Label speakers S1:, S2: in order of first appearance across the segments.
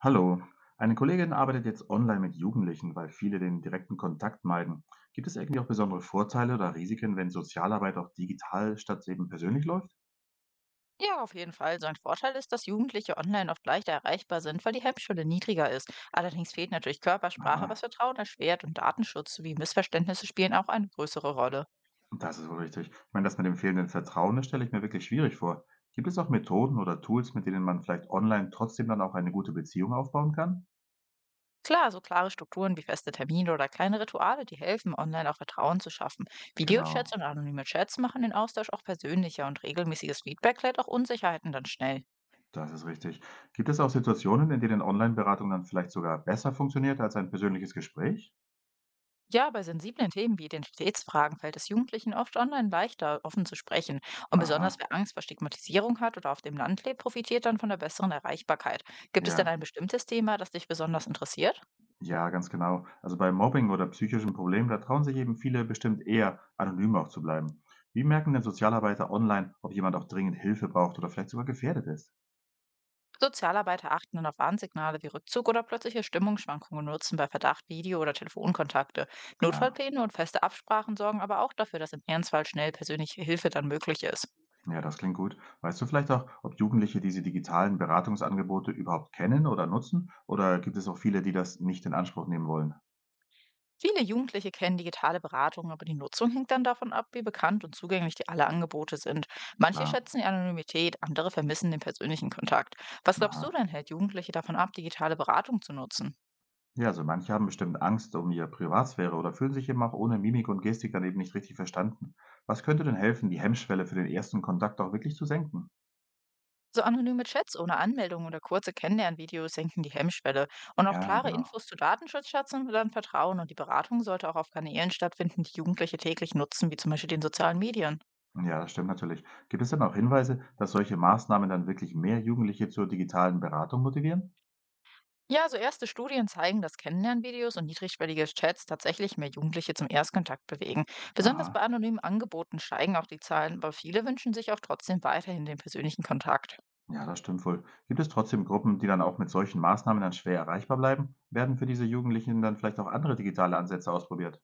S1: Hallo, eine Kollegin arbeitet jetzt online mit Jugendlichen, weil viele den direkten Kontakt meiden. Gibt es irgendwie auch besondere Vorteile oder Risiken, wenn Sozialarbeit auch digital statt eben persönlich läuft?
S2: Ja, auf jeden Fall. So ein Vorteil ist, dass Jugendliche online oft leichter erreichbar sind, weil die Hemmschwelle niedriger ist. Allerdings fehlt natürlich Körpersprache, was
S1: Aha,
S2: Vertrauen erschwert und Datenschutz sowie Missverständnisse spielen auch eine größere Rolle.
S1: das ist wohl richtig. Ich meine, das mit dem fehlenden Vertrauen, das stelle ich mir wirklich schwierig vor. Gibt es auch Methoden oder Tools, mit denen man vielleicht online trotzdem dann auch eine gute Beziehung aufbauen kann?
S2: Klar, so klare Strukturen wie feste Termine oder kleine Rituale, die helfen, online auch Vertrauen zu schaffen. Videochats
S1: Genau,
S2: und anonyme Chats machen den Austausch auch persönlicher und regelmäßiges Feedback klärt auch Unsicherheiten dann schnell.
S1: das ist richtig. Gibt es auch Situationen, in denen Online-Beratung dann vielleicht sogar besser funktioniert als ein persönliches Gespräch?
S2: Ja, bei sensiblen Themen wie den Stetsfragen fällt es Jugendlichen oft online leichter, offen zu sprechen. Und besonders
S1: Aha,
S2: wer Angst vor Stigmatisierung hat oder auf dem Land lebt, profitiert dann von der besseren Erreichbarkeit. Gibt es denn
S1: ja.
S2: ein bestimmtes Thema, das dich besonders interessiert?
S1: Ja, ganz genau. Also bei Mobbing oder psychischen Problemen, da trauen sich eben viele bestimmt eher, anonym auch zu bleiben. Wie merken denn Sozialarbeiter online, ob jemand auch dringend Hilfe braucht oder vielleicht sogar gefährdet ist?
S2: Sozialarbeiter achten dann auf Warnsignale wie Rückzug oder plötzliche Stimmungsschwankungen und nutzen bei Verdacht Video- oder Telefonkontakte.
S1: Klar.
S2: Notfallpläne und feste Absprachen sorgen aber auch dafür, dass im Ernstfall schnell persönliche Hilfe dann möglich ist.
S1: Ja, das klingt gut. Weißt du vielleicht auch, ob Jugendliche diese digitalen Beratungsangebote überhaupt kennen oder nutzen? Oder gibt es auch viele, die das nicht in Anspruch nehmen wollen?
S2: Viele Jugendliche kennen digitale Beratung, aber die Nutzung hängt dann davon ab, wie bekannt und zugänglich die alle Angebote sind. Manche
S1: Klar.
S2: schätzen die Anonymität, andere vermissen den persönlichen Kontakt. Was glaubst du
S1: Aha.
S2: denn, hält Jugendliche davon ab, digitale Beratung zu nutzen?
S1: Ja, also manche haben bestimmt Angst um ihre Privatsphäre oder fühlen sich eben auch ohne Mimik und Gestik dann eben nicht richtig verstanden. Was könnte denn helfen, die Hemmschwelle für den ersten Kontakt auch wirklich zu senken?
S2: So anonyme Chats ohne Anmeldung oder kurze Kennenlernvideos senken die Hemmschwelle. Und auch
S1: Ja,
S2: klare Infos
S1: genau.
S2: zu Datenschutz schätzen wir dann Vertrauen. Und die Beratung sollte auch auf Kanälen stattfinden, die Jugendliche täglich nutzen, wie zum Beispiel den sozialen Medien.
S1: Ja, das stimmt natürlich. Gibt es denn auch Hinweise, dass solche Maßnahmen dann wirklich mehr Jugendliche zur digitalen Beratung motivieren?
S2: Ja, so erste Studien zeigen, dass Kennenlernvideos und niedrigschwellige Chats tatsächlich mehr Jugendliche zum Erstkontakt bewegen. Besonders
S1: Aha,
S2: bei anonymen Angeboten steigen auch die Zahlen, aber viele wünschen sich auch trotzdem weiterhin den persönlichen Kontakt.
S1: ja, das stimmt wohl. Gibt es trotzdem Gruppen, die dann auch mit solchen Maßnahmen dann schwer erreichbar bleiben? Werden für diese Jugendlichen dann vielleicht auch andere digitale Ansätze ausprobiert?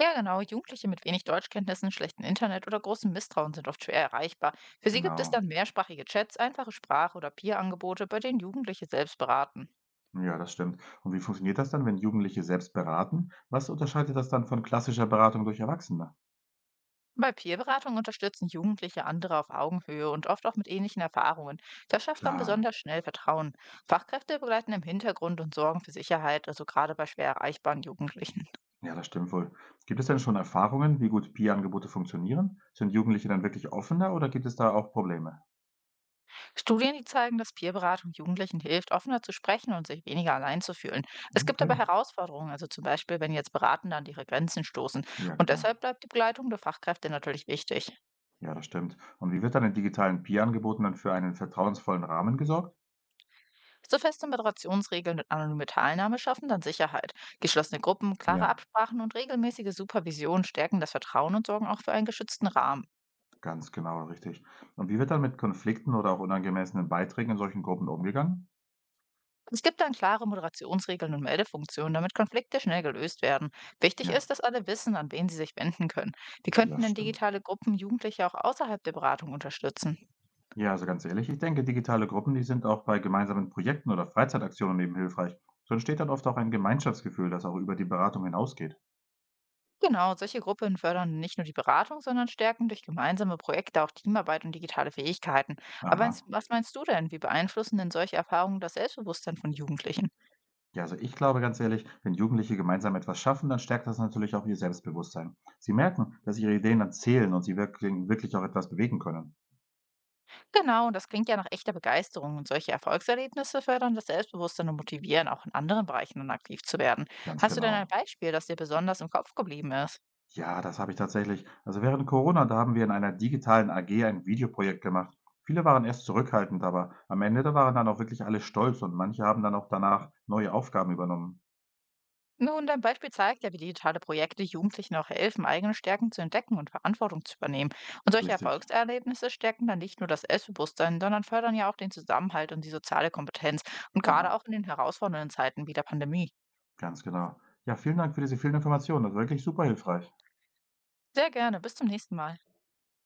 S2: Ja, genau. Jugendliche mit wenig Deutschkenntnissen, schlechtem Internet oder großem Misstrauen sind oft schwer erreichbar. Für sie gibt es
S1: Genau.
S2: dann mehrsprachige Chats, einfache Sprache- oder Peer-Angebote, bei denen Jugendliche selbst beraten.
S1: Ja, das stimmt. Und wie funktioniert das dann, wenn Jugendliche selbst beraten? Was unterscheidet das dann von klassischer Beratung durch Erwachsene?
S2: Bei Peer-Beratung unterstützen Jugendliche andere auf Augenhöhe und oft auch mit ähnlichen Erfahrungen. Das schafft dann
S1: Klar.
S2: besonders schnell Vertrauen. Fachkräfte begleiten im Hintergrund und sorgen für Sicherheit, also gerade bei schwer erreichbaren Jugendlichen.
S1: Ja, das stimmt wohl. Gibt es denn schon Erfahrungen, wie gut Peer-Angebote funktionieren? Sind Jugendliche dann wirklich offener oder gibt es da auch Probleme?
S2: Studien, die zeigen, dass Peerberatung Jugendlichen hilft, offener zu sprechen und sich weniger allein zu fühlen. Es gibt aber
S1: Okay,
S2: Herausforderungen, also zum Beispiel, wenn jetzt Beratende an ihre Grenzen stoßen.
S1: ja
S2: Und
S1: klar.
S2: deshalb bleibt die Begleitung der Fachkräfte natürlich wichtig.
S1: Ja, das stimmt. Und wie wird dann in digitalen Peer-Angeboten dann für einen vertrauensvollen Rahmen gesorgt?
S2: So feste Moderationsregeln und anonyme Teilnahme schaffen dann Sicherheit. Geschlossene Gruppen, klare
S1: Ja,
S2: Absprachen und regelmäßige Supervision stärken das Vertrauen und sorgen auch für einen geschützten Rahmen.
S1: ganz genau, richtig. Und wie wird dann mit Konflikten oder auch unangemessenen Beiträgen in solchen Gruppen umgegangen?
S2: Es gibt dann klare Moderationsregeln und Meldefunktionen, damit Konflikte schnell gelöst werden. Wichtig
S1: Ja,
S2: ist, dass alle wissen, an wen sie sich wenden können. Wie könnten
S1: das
S2: denn
S1: stimmt.
S2: digitale Gruppen Jugendliche auch außerhalb der Beratung unterstützen?
S1: Ja, also ganz ehrlich, ich denke, digitale Gruppen, die sind auch bei gemeinsamen Projekten oder Freizeitaktionen eben hilfreich. So entsteht dann oft auch ein Gemeinschaftsgefühl, das auch über die Beratung hinausgeht.
S2: Genau, solche Gruppen fördern nicht nur die Beratung, sondern stärken durch gemeinsame Projekte auch Teamarbeit und digitale Fähigkeiten. Aber
S1: Aha.
S2: was meinst du denn? Wie beeinflussen denn solche Erfahrungen das Selbstbewusstsein von Jugendlichen?
S1: Ja, also ich glaube ganz ehrlich, wenn Jugendliche gemeinsam etwas schaffen, dann stärkt das natürlich auch ihr Selbstbewusstsein. Sie merken, dass ihre Ideen dann zählen und sie wirklich auch etwas bewegen können.
S2: Genau, und das klingt ja nach echter Begeisterung. Und solche Erfolgserlebnisse fördern das Selbstbewusstsein und motivieren, auch in anderen Bereichen dann aktiv zu werden.
S1: Ganz
S2: Hast du denn ein
S1: genau.
S2: Beispiel, das dir besonders im Kopf geblieben ist?
S1: Ja, das habe ich tatsächlich. Also während Corona, da haben wir in einer digitalen AG ein Videoprojekt gemacht. Viele waren erst zurückhaltend, aber am Ende, da waren dann auch wirklich alle stolz und manche haben dann auch danach neue Aufgaben übernommen.
S2: Nun, dein Beispiel zeigt ja, wie digitale Projekte Jugendlichen auch helfen, eigene Stärken zu entdecken und Verantwortung zu übernehmen. Und solche
S1: Richtig.
S2: Erfolgserlebnisse stärken dann nicht nur das Selbstbewusstsein, sondern fördern ja auch den Zusammenhalt und die soziale Kompetenz. Und gerade
S1: Aha,
S2: auch in den herausfordernden Zeiten wie der Pandemie.
S1: ganz genau. Ja, vielen Dank für diese vielen Informationen. Das war wirklich super hilfreich.
S2: Sehr gerne, bis zum nächsten Mal.